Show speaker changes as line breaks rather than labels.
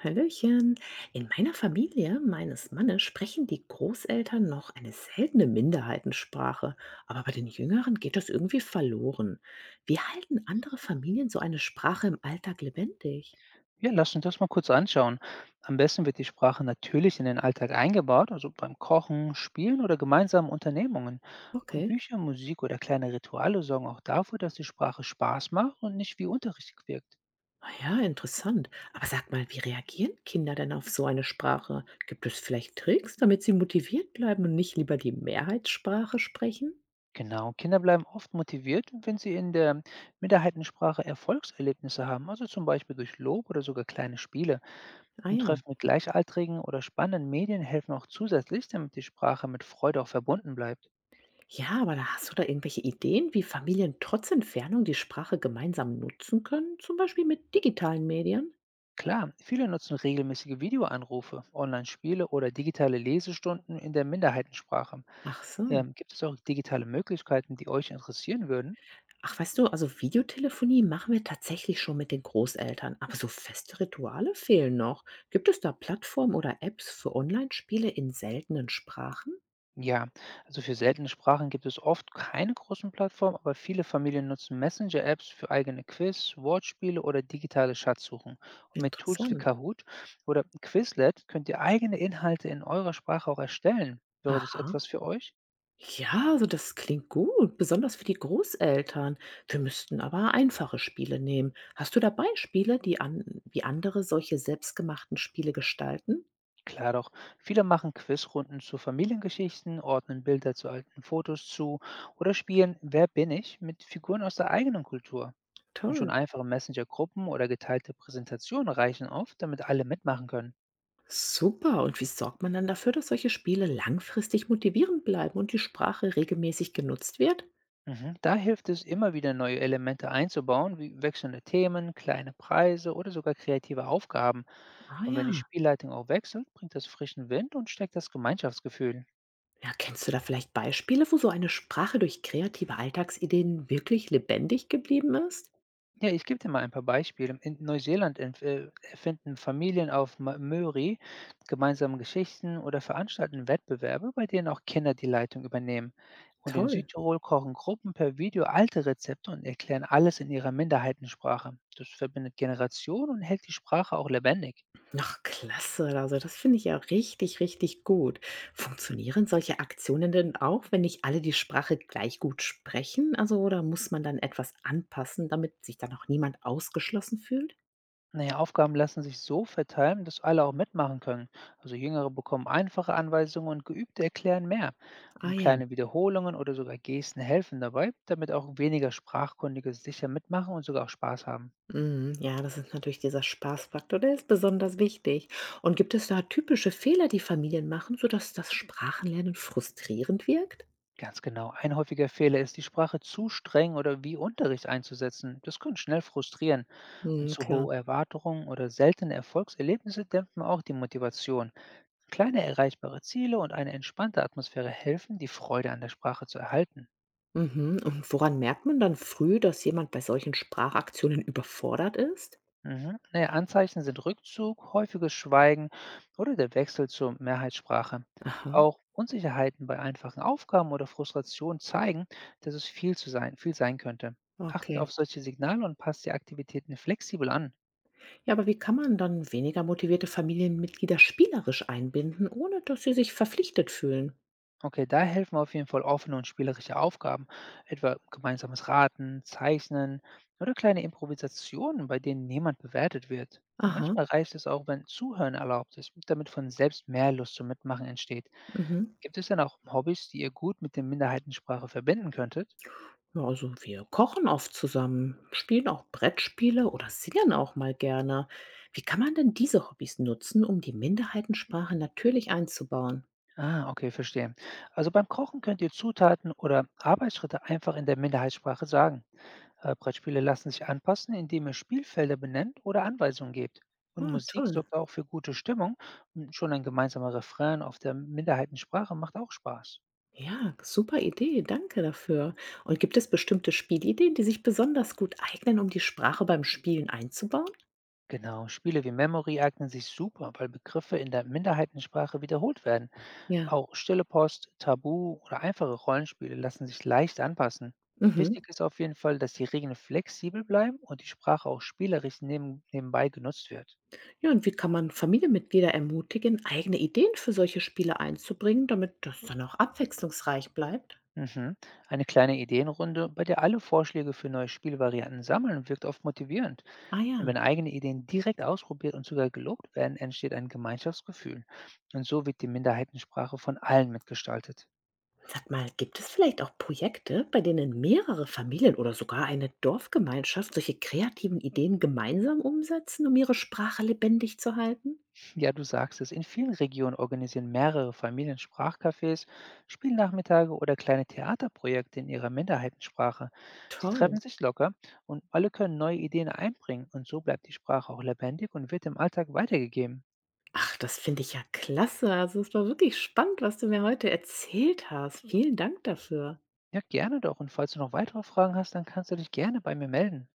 Hallöchen. In meiner Familie meines Mannes sprechen die Großeltern noch eine seltene Minderheitensprache, aber bei den Jüngeren geht das irgendwie verloren. Wie halten andere Familien so eine Sprache im Alltag lebendig?
Ja, lass uns das mal kurz anschauen. Am besten wird die Sprache natürlich in den Alltag eingebaut, also beim Kochen, Spielen oder gemeinsamen Unternehmungen. Und
Okay.
Bücher, Musik oder kleine Rituale sorgen auch dafür, dass die Sprache Spaß macht und nicht wie Unterricht wirkt.
Ah ja, interessant. Aber sag mal, wie reagieren Kinder denn auf so eine Sprache? Gibt es vielleicht Tricks, damit sie motiviert bleiben und nicht lieber die Mehrheitssprache sprechen?
Genau, Kinder bleiben oft motiviert, wenn sie in der Minderheitensprache Erfolgserlebnisse haben, also zum Beispiel durch Lob oder sogar kleine Spiele.
Ah
Im
ja.
Treffen mit Gleichaltrigen oder spannenden Medien helfen auch zusätzlich, damit die Sprache mit Freude auch verbunden bleibt.
Ja, aber da hast du da irgendwelche Ideen, wie Familien trotz Entfernung die Sprache gemeinsam nutzen können, zum Beispiel mit digitalen Medien?
Klar, viele nutzen regelmäßige Videoanrufe, Online-Spiele oder digitale Lesestunden in der Minderheitensprache.
Ach so.
Gibt es auch digitale Möglichkeiten, die euch interessieren würden?
Ach, weißt du, also Videotelefonie machen wir tatsächlich schon mit den Großeltern, aber so feste Rituale fehlen noch. Gibt es da Plattformen oder Apps für Online-Spiele in seltenen Sprachen?
Ja, also für seltene Sprachen gibt es oft keine großen Plattformen, aber viele Familien nutzen Messenger-Apps für eigene Quiz, Wortspiele oder digitale Schatzsuchen. Und mit Tools wie
Interessant.
Kahoot oder Quizlet könnt ihr eigene Inhalte in eurer Sprache auch erstellen. Wäre das
Aha.
etwas für euch?
Ja, also das klingt gut, besonders für die Großeltern. Wir müssten aber einfache Spiele nehmen. Hast du da Beispiele, die an, wie andere solche selbstgemachten Spiele gestalten?
Klar doch, viele machen Quizrunden zu Familiengeschichten, ordnen Bilder zu alten Fotos zu oder spielen Wer bin ich mit Figuren aus der eigenen Kultur. Und schon
Toll.
einfache Messenger-Gruppen oder geteilte Präsentationen reichen oft, damit alle mitmachen können.
Super. Und wie sorgt man dann dafür, dass solche Spiele langfristig motivierend bleiben und die Sprache regelmäßig genutzt wird?
Mhm. Da hilft es immer wieder neue Elemente einzubauen, wie wechselnde Themen, kleine Preise oder sogar kreative Aufgaben.
Ah
Und
ja.
wenn die Spielleitung auch wechselt, bringt das frischen Wind und steckt das Gemeinschaftsgefühl.
Ja, kennst du da vielleicht Beispiele, wo so eine Sprache durch kreative Alltagsideen wirklich lebendig geblieben ist?
Ja, ich gebe dir mal ein paar Beispiele. In Neuseeland entf erfinden Familien auf Möri gemeinsam Geschichten oder veranstalten Wettbewerbe, bei denen auch Kinder die Leitung übernehmen. Und in
Toll.
Südtirol kochen Gruppen per Video alte Rezepte und erklären alles in ihrer Minderheitensprache. Das verbindet Generationen und hält die Sprache auch lebendig.
Ach, klasse. Also, das finde ich ja richtig, richtig gut. Funktionieren solche Aktionen denn auch, wenn nicht alle die Sprache gleich gut sprechen? Also, oder muss man dann etwas anpassen, damit sich dann auch niemand ausgeschlossen fühlt?
Naja, Aufgaben lassen sich so verteilen, dass alle auch mitmachen können. Also Jüngere bekommen einfache Anweisungen und Geübte erklären mehr.
Ah
Und
ja.
kleine Wiederholungen oder sogar Gesten helfen dabei, damit auch weniger Sprachkundige sicher mitmachen und sogar auch Spaß haben.
Mhm. Ja, das ist natürlich dieser Spaßfaktor, der ist besonders wichtig. Und gibt es da typische Fehler, die Familien machen, sodass das Sprachenlernen frustrierend wirkt?
Ganz genau. Ein häufiger Fehler ist, die Sprache zu streng oder wie Unterricht einzusetzen. Das kann schnell frustrieren. Und
Mhm,
zu
klar.
hohe Erwartungen oder seltene Erfolgserlebnisse dämpfen auch die Motivation. Kleine erreichbare Ziele und eine entspannte Atmosphäre helfen, die Freude an der Sprache zu erhalten.
Mhm. Und woran merkt man dann früh, dass jemand bei solchen Sprachaktionen überfordert ist?
Mhm. Naja, Anzeichen sind Rückzug, häufiges Schweigen oder der Wechsel zur Mehrheitssprache.
Aha.
Auch Unsicherheiten bei einfachen Aufgaben oder Frustration zeigen, dass es viel sein könnte. Achtet
Okay.
auf solche Signale und passt die Aktivitäten flexibel an.
Ja, aber wie kann man dann weniger motivierte Familienmitglieder spielerisch einbinden, ohne dass sie sich verpflichtet fühlen?
Okay, da helfen auf jeden Fall offene und spielerische Aufgaben, etwa gemeinsames Raten, Zeichnen oder kleine Improvisationen, bei denen niemand bewertet wird.
Aha,
Manchmal reicht es auch, wenn Zuhören erlaubt ist, damit von selbst mehr Lust zum Mitmachen entsteht.
mhm.
Gibt es denn auch Hobbys, die ihr gut mit der Minderheitensprache verbinden könntet?
Ja, also wir kochen oft zusammen, spielen auch Brettspiele oder singen auch mal gerne. Wie kann man denn diese Hobbys nutzen, um die Minderheitensprache natürlich einzubauen?
Ah, okay, verstehe. Also beim Kochen könnt ihr Zutaten oder Arbeitsschritte einfach in der Minderheitssprache sagen. Brettspiele lassen sich anpassen, indem ihr Spielfelder benennt oder Anweisungen gebt. Und
Ah,
Musik
toll.
sorgt auch für gute Stimmung. Und schon ein gemeinsamer Refrain auf der Minderheitensprache macht auch Spaß.
Ja, super Idee, danke dafür. Und gibt es bestimmte Spielideen, die sich besonders gut eignen, um die Sprache beim Spielen einzubauen?
Genau, Spiele wie Memory eignen sich super, weil Begriffe in der Minderheitensprache wiederholt werden.
Ja.
Auch stille Post, Tabu oder einfache Rollenspiele lassen sich leicht anpassen.
Mhm.
Wichtig ist auf jeden Fall, dass die Regeln flexibel bleiben und die Sprache auch spielerisch nebenbei genutzt wird.
Ja, und wie kann man Familienmitglieder ermutigen, eigene Ideen für solche Spiele einzubringen, damit das dann auch abwechslungsreich bleibt?
Mhm. Eine kleine Ideenrunde, bei der alle Vorschläge für neue Spielvarianten sammeln, wirkt oft motivierend.
Ah
Und
ja.
wenn eigene Ideen direkt ausprobiert und sogar gelobt werden, entsteht ein Gemeinschaftsgefühl. Und so wird die Minderheitensprache von allen mitgestaltet.
Sag mal, gibt es vielleicht auch Projekte, bei denen mehrere Familien oder sogar eine Dorfgemeinschaft solche kreativen Ideen gemeinsam umsetzen, um ihre Sprache lebendig zu halten?
Ja, du sagst es. In vielen Regionen organisieren mehrere Familien Sprachcafés, Spielnachmittage oder kleine Theaterprojekte in ihrer Minderheitensprache. Sie
Toll.
treffen sich locker und alle können neue Ideen einbringen und so bleibt die Sprache auch lebendig und wird im Alltag weitergegeben.
Ach, das finde ich ja klasse. Also es war wirklich spannend, was du mir heute erzählt hast. Vielen Dank dafür.
Ja, gerne doch. Und falls du noch weitere Fragen hast, dann kannst du dich gerne bei mir melden.